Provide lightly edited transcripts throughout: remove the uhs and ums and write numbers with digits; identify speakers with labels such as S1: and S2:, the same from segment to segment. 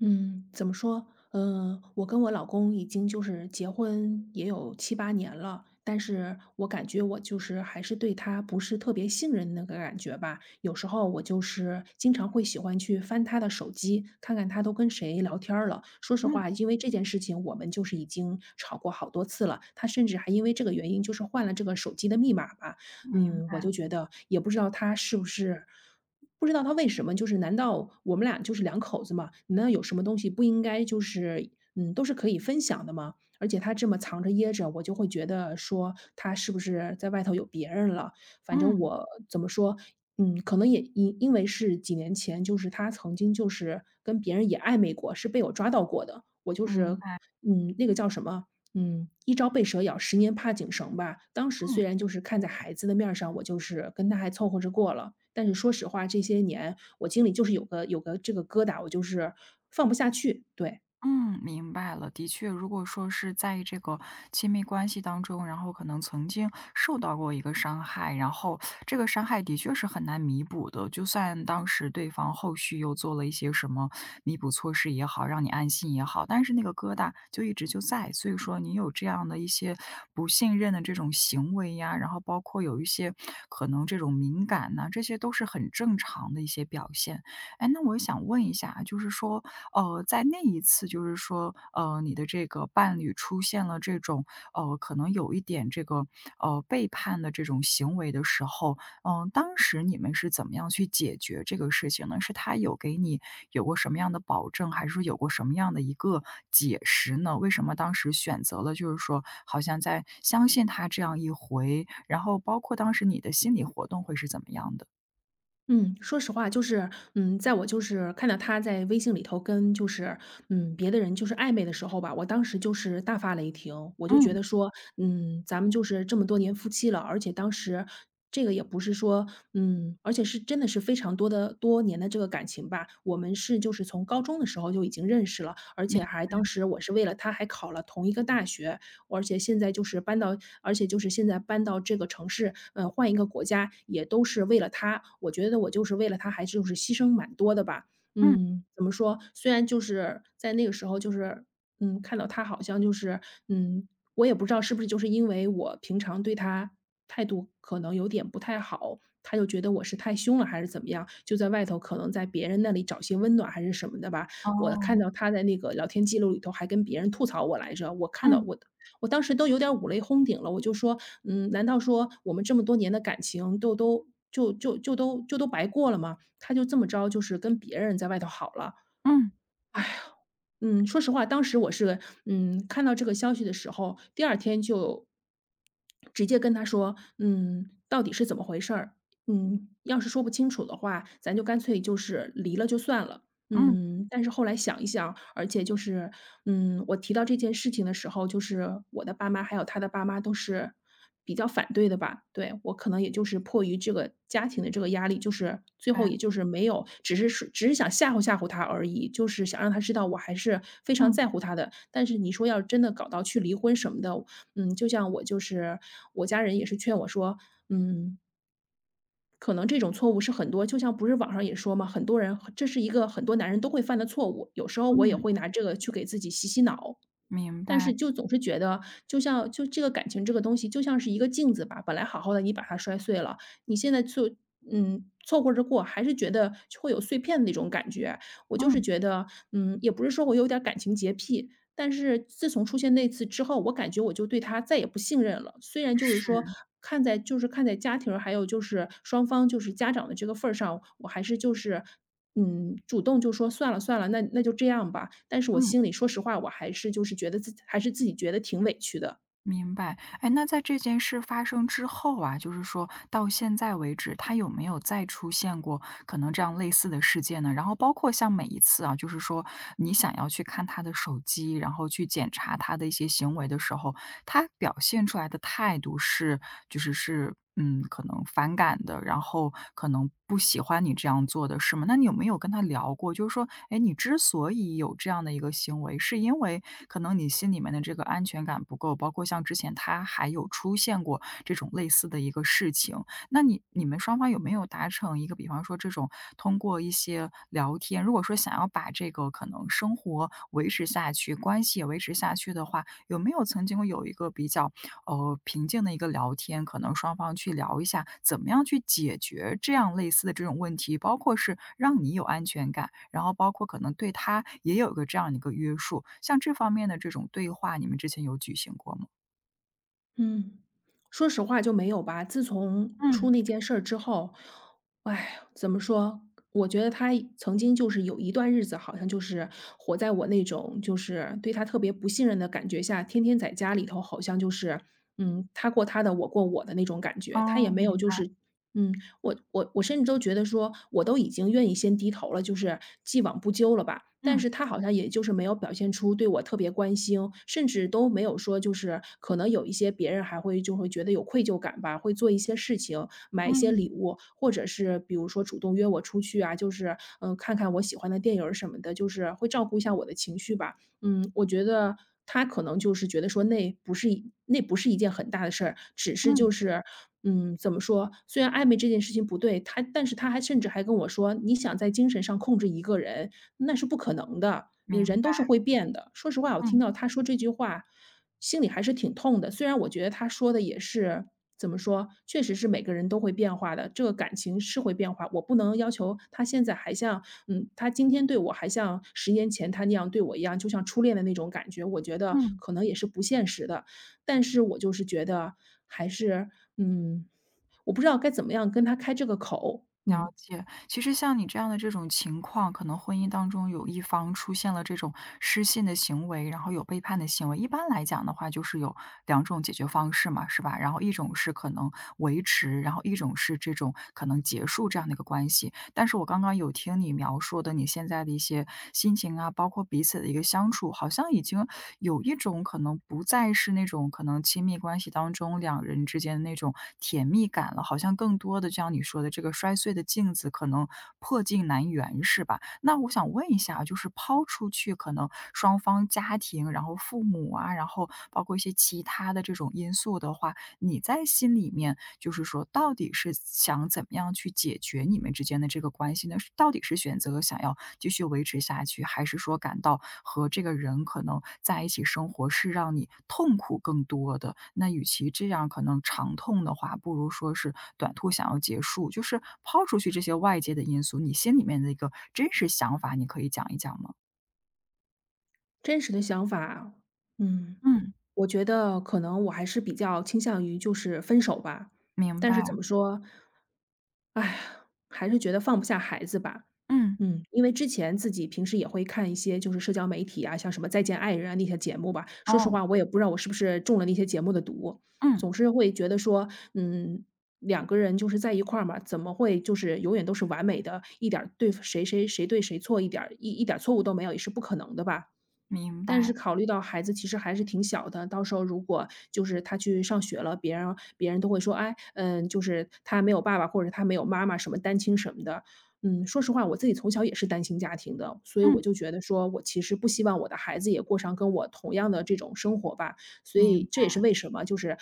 S1: 嗯，怎么说？嗯，我跟我老公已经就是结婚也有七八年了，但是我感觉我就是还是对他不是特别信任的那个感觉吧。有时候我就是经常会喜欢去翻他的手机，看看他都跟谁聊天儿了。说实
S2: 嗯，
S1: 话，因为这件事情，我们就是已经吵过好多次了。他甚至还因为这个原因，就是换了这个手机的密码吧。
S2: 明
S1: 我
S2: 白，
S1: 就觉得也不知道他是不是，不知道他为什么，就是难道我们俩就是两口子嘛，那有什么东西不应该就是都是可以分享的吗？而且他这么藏着掖着，我就会觉得说他是不是在外头有别人了？反正
S2: 嗯，
S1: 我怎么说，可能也因为是几年前，就是他曾经就是跟别人也暧昧过，是被我抓到过的。我就
S2: 明
S1: 是，
S2: 白，
S1: 那个叫什么？一朝被蛇咬，十年怕井绳吧。当时
S2: 嗯。
S1: 虽然就是看在孩子的面儿上，我就是跟他还凑合着过了。但是说实话，这些年我心里就是有个这个疙瘩，我就是放不下去。对。
S2: 嗯，明白了。的确，如果说是在这个亲密关系当中，然后可能曾经受到过一个伤害，然后这个伤害的确是很难弥补的。就算当时对方后续又做了一些什么弥补措施也好，让你安心也好，但是那个疙瘩就一直就在。所以说，你有这样的一些不信任的这种行为呀，然后包括有一些可能这种敏感呐、这些都是很正常的一些表现。哎，那我想问一下啊，就是说，在那一次就是说，你的这个伴侣出现了这种，可能有一点这个，背叛的这种行为的时候，嗯，当时你们是怎么样去解决这个事情呢？是他有给你有过什么样的保证，还是说有过什么样的一个解释呢？为什么当时选择了就是说，好像在相信他这样一回，然后包括当时你的心理活动会是怎么样的？
S1: 嗯，说实话，就是，在我就是看到他在微信里头跟就是，别的人就是暧昧的时候吧，我当时就是大发雷霆，我就觉
S2: 嗯，
S1: 得说，咱们就是这么多年夫妻了，而且当时这个也不是说，而且是真的是非常多的多年的这个感情吧，我们是就是从高中的时候就已经认识了，而
S2: 你，
S1: 且还当时我是为了他还考了同一个大学，而且现在就是搬到而且就是现在搬到这个城市，换一个国家也都是为了他，我觉得我就是为了他还是就是牺牲蛮多的吧。
S2: 嗯，
S1: 怎么说，虽然就是在那个时候就是，看到他好像就是，嗯，我也不知道是不是就是因为我平常对他态度可能有点不太好，他就觉得我是太凶了还是怎么样，就在外头可能在别人那里找些温暖还是什么的吧。我看
S2: 哦，
S1: 到他在那个聊天记录里头还跟别人吐槽我来着，我看到，
S2: 嗯
S1: 我当时都有点五雷轰顶了，我就说：难道说我们这么多年的感情都都就就就都就都白过了吗？”他就这么着，就是跟别人在外头好了。
S2: 嗯
S1: 嗯，说实话，当时我是，看到这个消息的时候，第二天就直接跟他说：到底是怎么回事儿？要是说不清楚的话，咱就干脆就是离了就算了。”
S2: 嗯，明
S1: 但是后来想一想，而且就是，我提到这件事情的时候，就是我的爸妈还有他的爸妈都是比较反对的吧。对。我可能也就是迫于这个家庭的这个压力，就是最后
S2: 白，
S1: 也就是没有，只是说只是想吓唬吓唬他而已，就是想让他知道我还是非常
S2: 嗯。
S1: 在乎他的。但是你说要真的搞到去离婚什么的，就像我就是我家人也是劝我说，嗯，可能这种错误是很多就像不是网上也说嘛，很多人这是一个很多男人都会犯的错误，有时候我也
S2: 嗯，
S1: 会拿这个去给自己洗洗脑。
S2: 明
S1: 但
S2: 白。
S1: 是就总是觉得，就像就这个感情这个东西就像是一个镜子吧，本来好好的你把它摔碎了，你现在就凑合着过，还是觉得会有碎片的那种感觉。我就是
S2: 嗯，
S1: 觉得，也不是说我有点儿感情洁癖，但是自从出现那次之后，我感觉我就对他再也不信任了。虽然就是
S2: 是，
S1: 说，看在家庭儿还有就是双方就是家长的这个份儿上，我还是就是主动就说算了算了，那就这样吧。但是我
S2: 嗯，
S1: 心里说实话，我还是就是觉得自己挺委屈的。
S2: 明白。哎，那在这件事发生之后啊，就是说到现在为止，他有没有再出现过可能这样类似的事件呢？然后包括像每一次啊，就是说你想要去看他的手机，然后去检查他的一些行为的时候，他表现出来的态度是，就是嗯，可能反感的，然后可能不喜欢你这样做的是吗？那你有没有跟他聊过，就是说，哎，你之所以有这样的一个行为，是因为可能你心里面的这个安全感不够，包括像之前他还有出现过这种类似的一个事情，那你们双方有没有达成一个，比方说这种通过一些聊天，如果说想要把这个可能生活维持下去，关系也维持下去的话，有没有曾经有一个比较平静的一个聊天，可能双方去聊一下怎么样去解决这样类似的这种问题，包括是让你有安全感，然后包括可能对他也有个这样的一个约束。像这方面的这种对话，你们之前有举行过吗？
S1: 嗯，说实话就没有吧。自从出
S2: 嗯。
S1: 那件事儿之后，哎，怎么说？我觉得他曾经就是有一段日子，好像就是活在我那种就是对他特别不信任的感觉下，天天在家里头，好像就是他过他的，我过我的那种感觉。他也
S2: 哦，
S1: 没有
S2: 明
S1: 就
S2: 白。
S1: 是。嗯，我甚至都觉得说，我都已经愿意先低头了，就是既往不咎了吧。但
S2: 嗯，
S1: 是他好像也就是没有表现出对我特别关心，甚至都没有说就是可能有一些别人还会就会觉得有愧疚感吧，会做一些事情，买一些
S2: 嗯，
S1: 礼物，或者是比如说主动约我出去啊，就是看看我喜欢的电影儿什么的，就是会照顾一下我的情绪吧。我觉得他可能就是觉得说那不是一件很大的事儿，只是就
S2: 嗯，
S1: 是，怎么说？虽然暧昧这件事情不对，但是他还甚至还跟我说，你想在精神上控制一个人，那是不可能的，
S2: 明
S1: 人都是
S2: 白，
S1: 会变的。说实话，我听
S2: 嗯，
S1: 到他说这句话，心里还是挺痛的。虽然我觉得他说的也是怎么说，确实是每个人都会变化的，这个感情是会变化。我不能要求他现在还像他今天对我还像10年前他那样对我一样，就像初恋的那种感觉，我觉得
S2: 嗯。
S1: 可能也是不现实的。但是我就是觉得还是嗯，我不知道该怎么样跟他开这个口，
S2: 了解，其实像你这样的这种情况，可能婚姻当中有一方出现了这种失信的行为，然后有背叛的行为。一般来讲的话，就是有两种解决方式嘛，是吧？然后一种是可能维持，然后一种是这种可能结束这样的一个关系。但是我刚刚有听你描述的你现在的一些心情啊，包括彼此的一个相处，好像已经有一种可能不再是那种可能亲密关系当中两人之间的那种甜蜜感了，好像更多的就像你说的这个摔碎的镜子，可能破镜难圆，是吧？那我想问一下啊，就是抛出去可能双方家庭，然后父母啊，然后包括一些其他的这种因素的话，你在心里面。就是说到底是想怎么样去解决你们之间的这个关系呢？是到底是选择想要继续维持下去，还是说感到和这个人可能在一起生活是让你痛苦更多的？那与其这样可能长痛的话，不如说是短痛想要结束。就是抛出去这些外界的因素，你心里面的一个真实想法，你可以讲一讲吗？
S1: 真实的想法。嗯。
S2: 嗯，
S1: 我觉得可能我还是比较倾向于就是分手吧，
S2: 明
S1: 但
S2: 白。
S1: 是怎么说，哎呀，还是觉得放不下孩子吧。
S2: 嗯，
S1: 因为之前自己平时也会看一些就是社交媒体啊，像什么《再见爱人》啊那些节目吧。说实
S2: 哦，
S1: 话，我也不知道我是不是中了那些节目的毒，
S2: 嗯，
S1: 总是会觉得说，嗯，两个人就是在一块儿嘛，怎么会就是永远都是完美的，一点儿对谁谁谁对谁错，一点儿错误都没有，也是不可能的吧。
S2: 明
S1: 但
S2: 白。
S1: 是考虑到孩子其实还是挺小的，到时候如果就是他去上学了，别人都会说，哎，就是他没有爸爸，或者他没有妈妈，什么单亲什么的。说实话，我自己从小也是单亲家庭的，所以
S2: 嗯，
S1: 我就觉得说，我其实不希望我的孩子也过上跟我同样的这种生活吧。所
S2: 明
S1: 以这也
S2: 白。
S1: 是为什么就是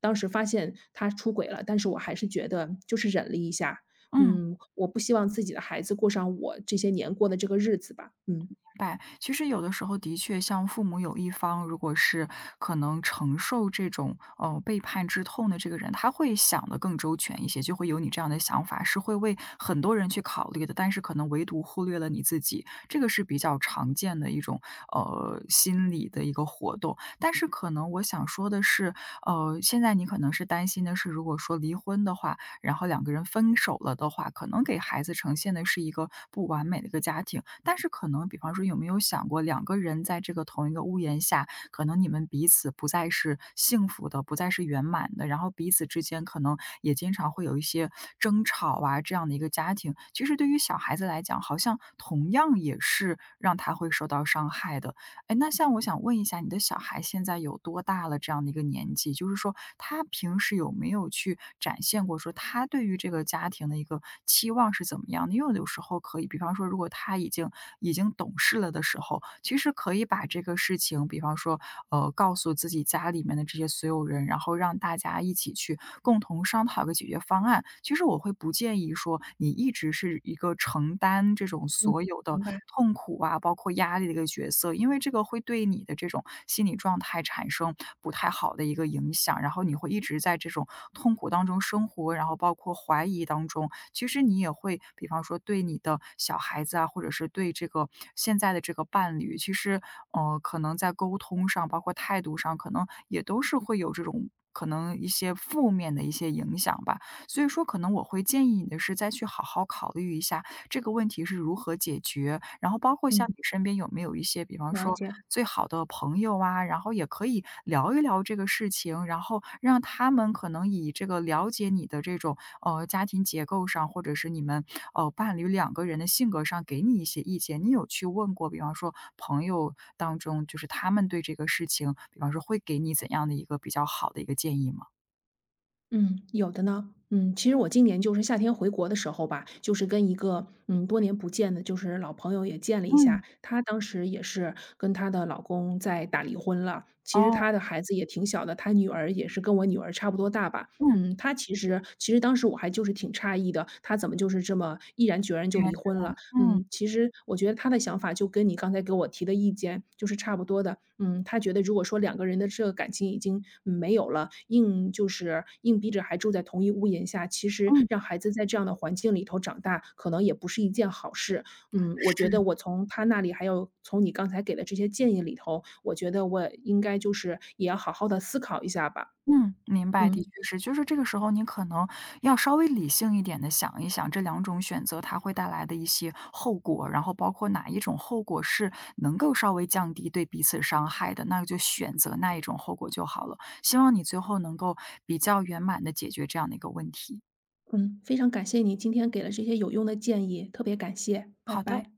S1: 当时发现他出轨了，但是我还是觉得就是忍了一下。
S2: 嗯。
S1: 我不希望自己的孩子过上我这些年过的这个日子吧。嗯。
S2: 白，其实有的时候的确，像父母有一方，如果是可能承受这种背叛之痛的这个人，他会想的更周全一些，就会有你这样的想法，是会为很多人去考虑的，但是可能唯独忽略了你自己，这个是比较常见的一种心理的一个活动。但是可能我想说的是，现在你可能是担心的是，如果说离婚的话，然后两个人分手了的话，可能给孩子呈现的是一个不完美的一个家庭。但是可能比方说有没有想过，两个人在这个同一个屋檐下，可能你们彼此不再是幸福的，不再是圆满的，然后彼此之间可能也经常会有一些争吵啊，这样的一个家庭，其实对于小孩子来讲，好像同样也是让他会受到伤害的。哎，那像我想问一下，你的小孩现在有多大了？这样的一个年纪，就是说他平时有没有去展现过，说他对于这个家庭的一个期望是怎么样的？因为有时候可以，比方说，如果他已经懂事了的时候，其实可以把这个事情，比方说，告诉自己家里面的这些所有人，然后。后让大家一起去共同商讨一个解决方案。其实我会不建议说，你一直是一个承担这种
S1: 嗯，
S2: 所有的
S1: 明白。
S2: 痛苦啊，包括压力的一个角色，因为这个会对你的这种心理状态产生不太好的一个影响，然后你会一直在这种痛苦当中生活，然后包括怀疑当中。其实你也会，比方说对你的小孩子啊，或者是对这个现在的这个伴侣，其实，可能在沟通上，包括态度上，可能也都是会有这种可能一些负面的一些影响吧。所以说可能我会建议你的是再去好好考虑一下这个问题是如何解决，然后包括像你
S1: 嗯，
S2: 身边有没有一些，比方
S1: 了
S2: 说
S1: 解。
S2: 最好的朋友啊，然后也可以聊一聊这个事情，然后让他们可能以这个了解你的这种家庭结构上，或者是你们伴侣两个人的性格上给你一些意见。你有去问过，比方说朋友当中，就是他们对这个事情，比方说会给你怎样的一个比较好的一个建议吗？
S1: 嗯，有的呢。嗯，其实我今年就是夏天回国的时候吧，就是跟一个多年不见的，就是老朋友也见了一
S2: 嗯，
S1: 下。她当时也是跟她的老公在打离婚了，其实
S2: 哦，
S1: 她的孩子也挺小的，她女儿也是跟我女儿差不多大吧。
S2: 嗯，
S1: 嗯，她其实当时我还就是挺诧异的，她怎么就是这么毅然决然就离婚了？
S2: 嗯，
S1: 嗯，其实我觉得他的想法就跟你刚才给我提的意见就是差不多的。嗯，他觉得如果说两个人的这个感情已经没有了，硬就是硬逼着还住在同一屋檐下，其实
S2: 嗯，
S1: 让孩子在这样的环境里头长大，可能也不是一件好事。我觉得
S2: 是，
S1: 我从他那里，还有从你刚才给的这些建议里头，我觉得我应该就是也要好好的思考一下吧。
S2: 嗯，明白，的确
S1: 嗯
S2: 是。就是这个时候你可能要稍微理性一点的想一想这两种选择它会带来的一些后果，然后包括哪一种后果是能够稍微降低对彼此伤害的，那就选择那一种后果就好了。希望你最后能够比较圆满的解决这样的一个问题。
S1: 嗯，非常感谢你今天给了这些有用的建议，特别感谢，拜
S2: 好的。
S1: 拜。